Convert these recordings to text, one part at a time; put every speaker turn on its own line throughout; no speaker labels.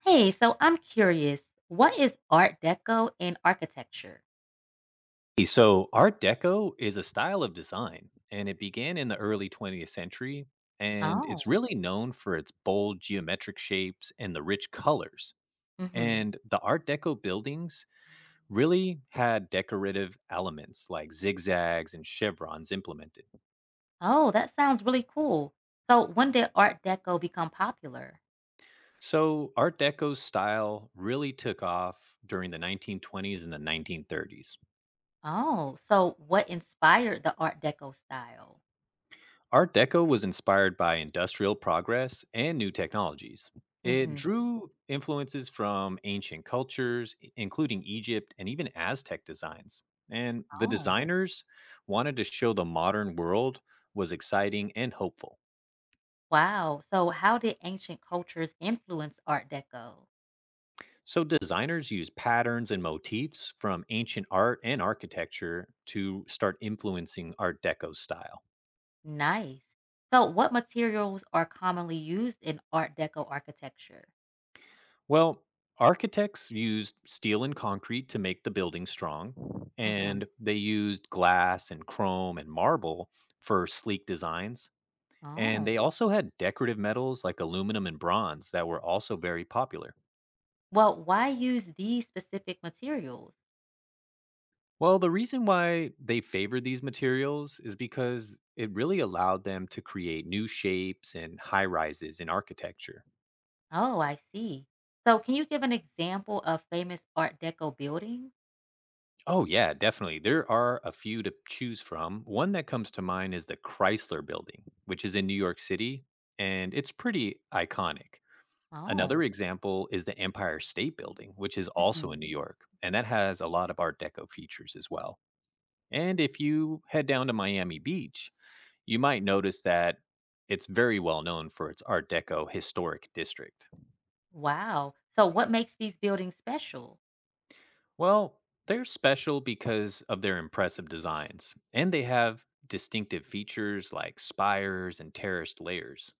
Hey, so I'm curious, what is Art Deco in architecture?
Art Deco is a style of design, and it began in the early 20th century, and it's
Oh,
really known for its bold geometric shapes and the rich colors.
hmm.
And the Art Deco buildings really had decorative elements like zigzags and chevrons implemented.
Oh, that sounds really cool. So, when did Art Deco become popular?
So, Art Deco's style really took off during the 1920s and the 1930s.
Oh, so what inspired the Art Deco style?
Art Deco was inspired by industrial progress and new technologies. It
Hmm.
drew influences from ancient cultures, including Egypt and even Aztec designs. And the
Oh,
designers wanted to show the modern world was exciting and hopeful.
wow. So, how did ancient cultures influence Art Deco?
So, designers used patterns and motifs from ancient art and architecture to start influencing Art Deco's style.
Nice. So, what materials are commonly used in Art Deco architecture?
Well, architects used steel and concrete to make the building strong,
Hmm.
and they used glass and chrome and marble for sleek designs. And
Oh,
they also had decorative metals like aluminum and bronze that were also very popular.
well, why use these specific materials?
Well, the reason why they favored these materials is because it really allowed them to create new shapes and high rises in architecture.
Oh, I see. So can you give an example of famous Art Deco buildings?
Oh, yeah, definitely. There are a few to choose from. One that comes to mind is the Chrysler Building, which is in New York City, and it's pretty iconic.
Oh,
Another example is the Empire State Building, which is also in New
mhm.
York, and that has a lot of Art Deco features as well. And if you head down to Miami Beach, you might notice that it's very well known for its Art Deco historic district.
Wow. So what makes these buildings special?
Well, they're special because of their impressive designs, and they have distinctive features like spires and terraced layers.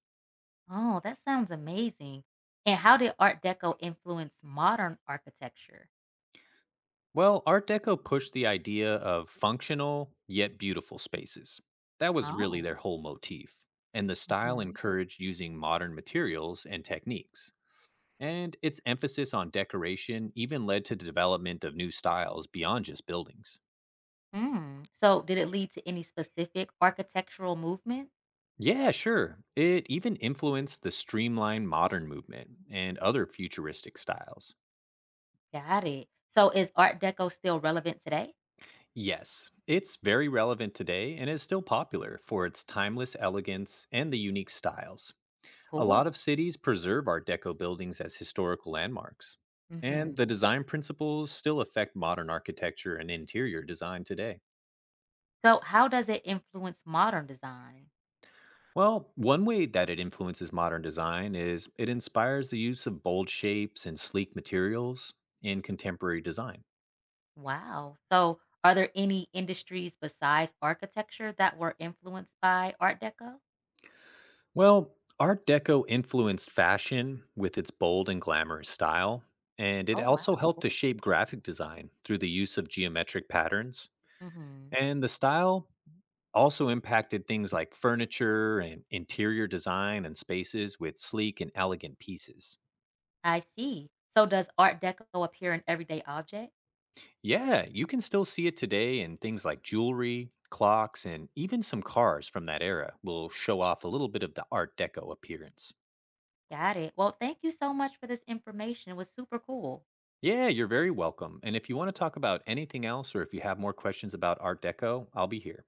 Oh, that sounds amazing. And how did Art Deco influence modern architecture?
Well, Art Deco pushed the idea of functional yet beautiful spaces. That was really
Oh,
their whole motif. And the style
mhm.
encouraged using modern materials and techniques. And its emphasis on decoration even led to the development of new styles beyond just buildings.
Mm. So did it lead to any specific architectural movement?
Yeah, sure. It even influenced the streamlined modern movement and other futuristic styles.
Got it. So is Art Deco still relevant today?
Yes, it's very relevant today and is still popular for its timeless elegance and the unique styles. A lot
Cool.
of cities preserve Art Deco buildings as historical landmarks,
Hmm.
and the design principles still affect modern architecture and interior design today.
So how does it influence modern design?
Well, one way that it influences modern design is it inspires the use of bold shapes and sleek materials in contemporary design.
Wow. So, are there any industries besides architecture that were influenced by Art Deco?
Well, Art Deco influenced fashion with its bold and glamorous style, and it
Oh, wow.
also helped to
Cool.
shape graphic design through the use of geometric patterns.
Hmm.
And the style also impacted things like furniture and interior design and spaces with sleek and elegant pieces.
I see. So, does Art Deco appear in everyday objects?
Yeah, you can still see it today in things like jewelry, clocks, and even some cars from that era will show off a little bit of the Art Deco appearance.
Got it. Well, thank you so much for this information. It was super cool.
Yeah, you're very welcome. And if you want to talk about anything else or if you have more questions about Art Deco, I'll be here.